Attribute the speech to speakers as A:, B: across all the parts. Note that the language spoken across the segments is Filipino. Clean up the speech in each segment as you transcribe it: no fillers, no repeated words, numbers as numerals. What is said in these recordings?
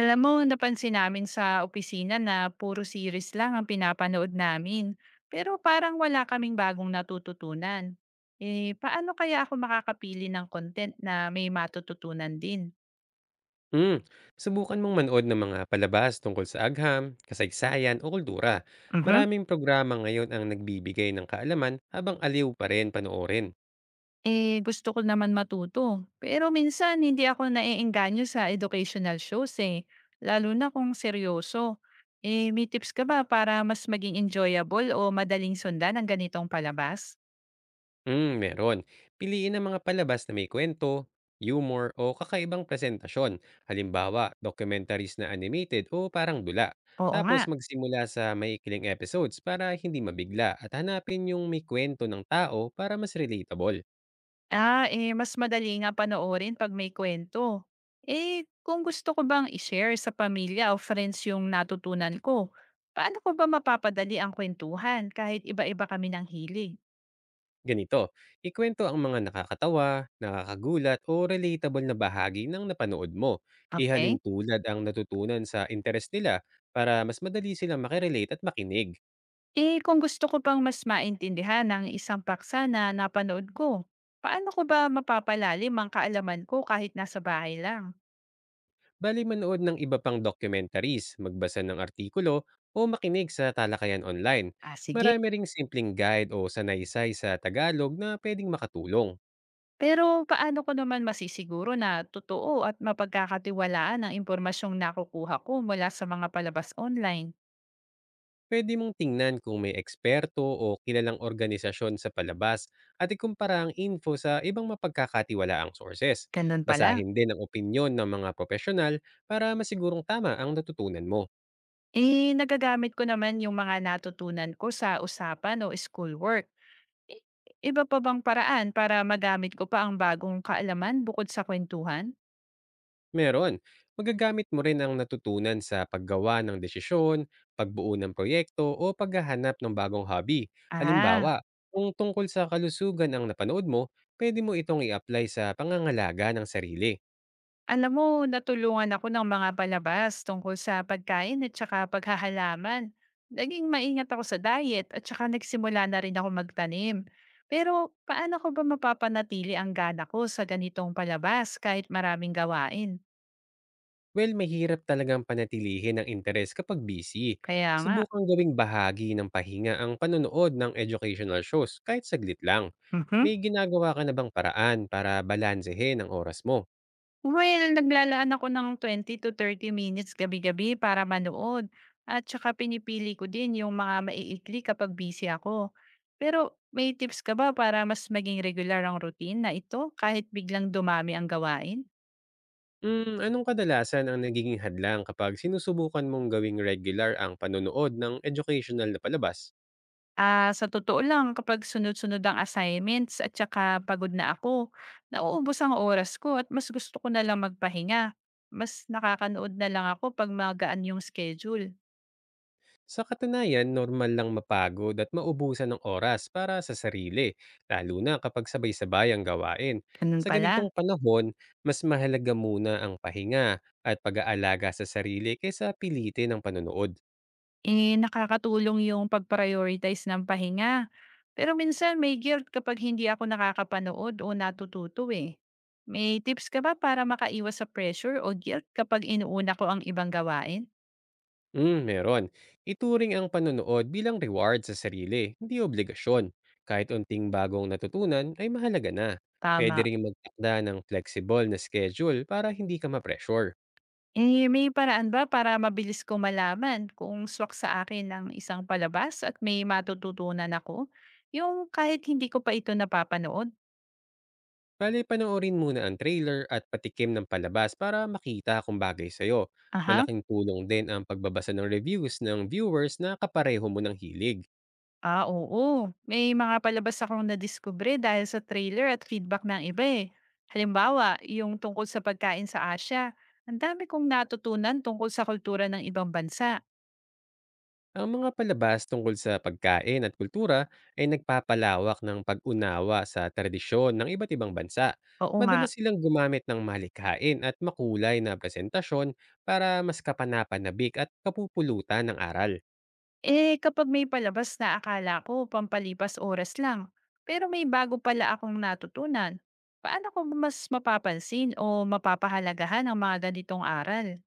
A: Alam mo, napansin namin sa opisina na puro series lang ang pinapanood namin. Pero parang wala kaming bagong natututunan. Eh, paano kaya ako makakapili ng content na may matututunan din?
B: Hmm, Subukan mong manood ng mga palabas tungkol sa agham, kasaysayan o kultura.
A: Mhm.
B: Maraming programa ngayon ang nagbibigay ng kaalaman habang aliw pa rin panoorin.
A: Eh, gusto ko naman matuto. Pero minsan, hindi ako naiengganyo sa educational shows eh. Lalo na kung seryoso. Eh, may tips ka ba para mas maging enjoyable o madaling sundan ang ganitong palabas?
B: Hmm, meron. Piliin ang mga palabas na may kwento, humor o kakaibang presentasyon. Halimbawa, documentaries na animated o parang dula.
A: Oo nga.
B: Tapos magsimula sa maikiling episodes para hindi mabigla at hanapin yung may kwento ng tao para mas relatable.
A: Ah, eh, mas madali nga panoorin 'pag may kwento. Eh, kung gusto ko bang i-share sa pamilya o friends yung natutunan ko, paano ko ba mapapadali ang kwentuhan kahit iba-iba kami ng hilig?
B: Ganito, ikwento ang mga nakakatawa, nakakagulat o relatable na bahagi ng napanood mo. Ihalin
A: Okay.
B: tulad ang natutunan sa interes nila para mas madali silang makirelate at makinig.
A: Eh, kung gusto ko pang mas maintindihan ang isang paksa na napanood ko, paano ko ba mapapalalim ang kaalaman ko kahit nasa bahay lang?
B: Bali manood ng iba pang documentaries, magbasa ng artikulo o makinig sa talakayan online.
A: Ah, sige.
B: Marami ring simpleng guide o sanaysay sa Tagalog na pwedeng makatulong.
A: Pero paano ko naman masisiguro na totoo at mapagkakatiwalaan ang impormasyong nakukuha ko mula sa mga palabas online?
B: Puwede mong tingnan kung may eksperto o kilalang organisasyon sa palabas at ikumpara ang info sa ibang mapagkakatiwalaang sources.
A: Ganun pala.
B: Basahin din ang opinyon ng mga profesional para masigurong tama ang natutunan mo.
A: Eh, nagagamit ko naman yung mga natutunan ko sa usapan o schoolwork. I- Iba pa bang paraan para magamit ko pa ang bagong kaalaman bukod sa kwentuhan?
B: Meron, magagamit mo rin ang natutunan sa paggawa ng desisyon, pagbuo ng proyekto o paghahanap ng bagong hobby.
A: Ah.
B: Halimbawa, kung tungkol sa kalusugan ang napanood mo, pwede mo itong i-apply sa pangangalaga ng sarili.
A: Alam mo, natulungan ako ng mga palabas tungkol sa pagkain at saka paghahalaman. Naging maingat ako sa diet at saka nagsimula na rin ako magtanim. Pero paano ko ba mapapanatili ang gana ko sa ganitong palabas kahit maraming gawain?
B: Well, mahirap talagang panatilihin ang interes kapag busy.
A: Kaya nga.
B: Subukang gawing bahagi ng pahinga ang panonood ng educational shows kahit saglit lang. May ginagawa ka na bang paraan para balansehin ang oras mo?
A: Well, naglalaan ako ng 20 to 30 minutes gabi-gabi para manood at saka pinipili ko din yung mga maiikli kapag busy ako. Pero may tips ka ba para mas maging regular ang routine na ito kahit biglang dumami ang gawain?
B: Mm, anong kadalasan ang nagiging hadlang kapag sinusubukan mong gawing regular ang panonood ng educational na palabas?
A: Ah, sa totoo lang kapag sunod-sunod ang assignments at saka pagod na ako, nauubos ang oras ko at mas gusto ko na lang magpahinga. Mas nakakanood na lang ako pag magaan yung schedule.
B: Sa katunayan, normal lang mapagod at maubusan ng oras para sa sarili, lalo na kapag sabay-sabay ang gawain.
A: Ganun
B: Sa ganitong
A: pala.
B: panahon, mas mahalaga muna ang pahinga at pag-aalaga sa sarili kaysa pilitin ang panonood.
A: Eh, nakakatulong yung pag-prioritize ng pahinga. Pero minsan may guilt kapag hindi ako nakakapanood o natututo eh. May tips ka ba para makaiwas sa pressure o guilt kapag inuuna ko ang ibang gawain?
B: Mm, meron. Ituring ang panonood bilang reward sa sarili, hindi obligasyon. Kahit unting bagong natutunan ay mahalaga na. Pwede
A: Tama.
B: rin magtakda ng flexible na schedule para hindi ka ma-pressure.
A: Eh, may paraan ba para mabilis ko malaman kung swak sa akin ng isang palabas at may matututunan ako? Yung kahit hindi ko pa ito napapanood?
B: Bale, panoorin muna ang trailer at patikim ng palabas para makita kung bagay sa'yo.
A: Aha.
B: Malaking tulong din ang pagbabasa ng reviews ng viewers na kapareho mo ng hilig.
A: Ah, oo. May mga palabas akong nadiskubre dahil sa trailer at feedback ng iba eh. Halimbawa, yung tungkol sa pagkain sa Asia. Ang dami kong natutunan tungkol sa kultura ng ibang bansa.
B: Ang mga palabas tungkol sa pagkain at kultura ay nagpapalawak ng pag-unawa sa tradisyon ng iba't ibang bansa.
A: Oo nga.
B: Madalas silang gumamit ng malikhain at makulay na presentasyon para mas kapanapanabik at kapupulutan ng aral.
A: Eh, kapag may palabas na akala ko pampalipas oras lang, pero may bago pala akong natutunan. Paano ko mas mapapansin o mapapahalagahan ang mga ganitong aral?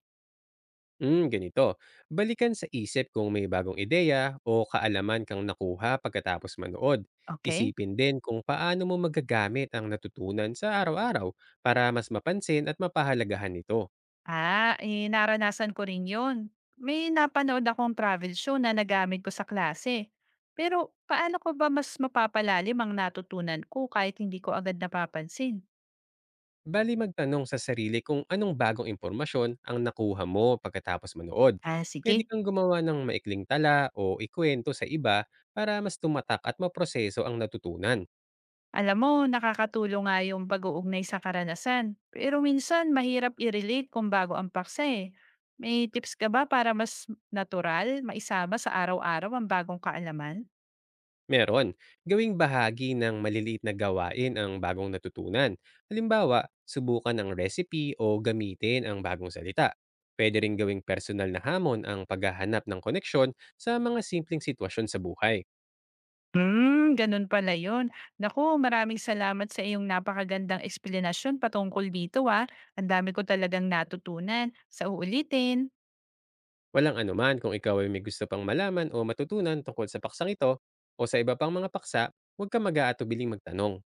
B: Ganito. Balikan sa isip kung may bagong ideya o kaalaman kang nakuha pagkatapos manood.
A: Okay?
B: Isipin din kung paano mo magagamit ang natutunan sa araw-araw para mas mapansin at mapahalagahan ito.
A: Ah, eh, naranasan ko rin yun. May napanood akong travel show na nagamit ko sa klase. Pero paano ko ba mas mapapalalim ang natutunan ko kahit hindi ko agad napapansin?
B: Bali magtanong sa sarili kung anong bagong impormasyon ang nakuha mo pagkatapos manood.
A: Ah,
B: Pwede
A: sige.
B: kang gumawa ng maikling tala o ikwento sa iba para mas tumatak at maproseso ang natutunan.
A: Alam mo, nakakatulong nga yung pag-uugnay sa karanasan. Pero minsan, mahirap i-relate kung bago ang paksa eh. May tips ka ba para mas natural, maisama sa araw-araw ang bagong kaalaman?
B: Meron. Gawing bahagi ng maliliit na gawain ang bagong natutunan. Halimbawa, subukan ang recipe o gamitin ang bagong salita. Pwede rin gawing personal na hamon ang paghahanap ng koneksyon sa mga simpleng sitwasyon sa buhay.
A: Ganun pala yun. Naku, maraming salamat sa iyong napakagandang eksplanasyon patungkol dito, ah. Ang dami ko talagang natutunan. Sa uulitin.
B: Walang anuman kung ikaw ay may gusto pang malaman o matutunan tungkol sa paksang ito o sa iba pang mga paksa, huwag ka mag-aatubiling magtanong.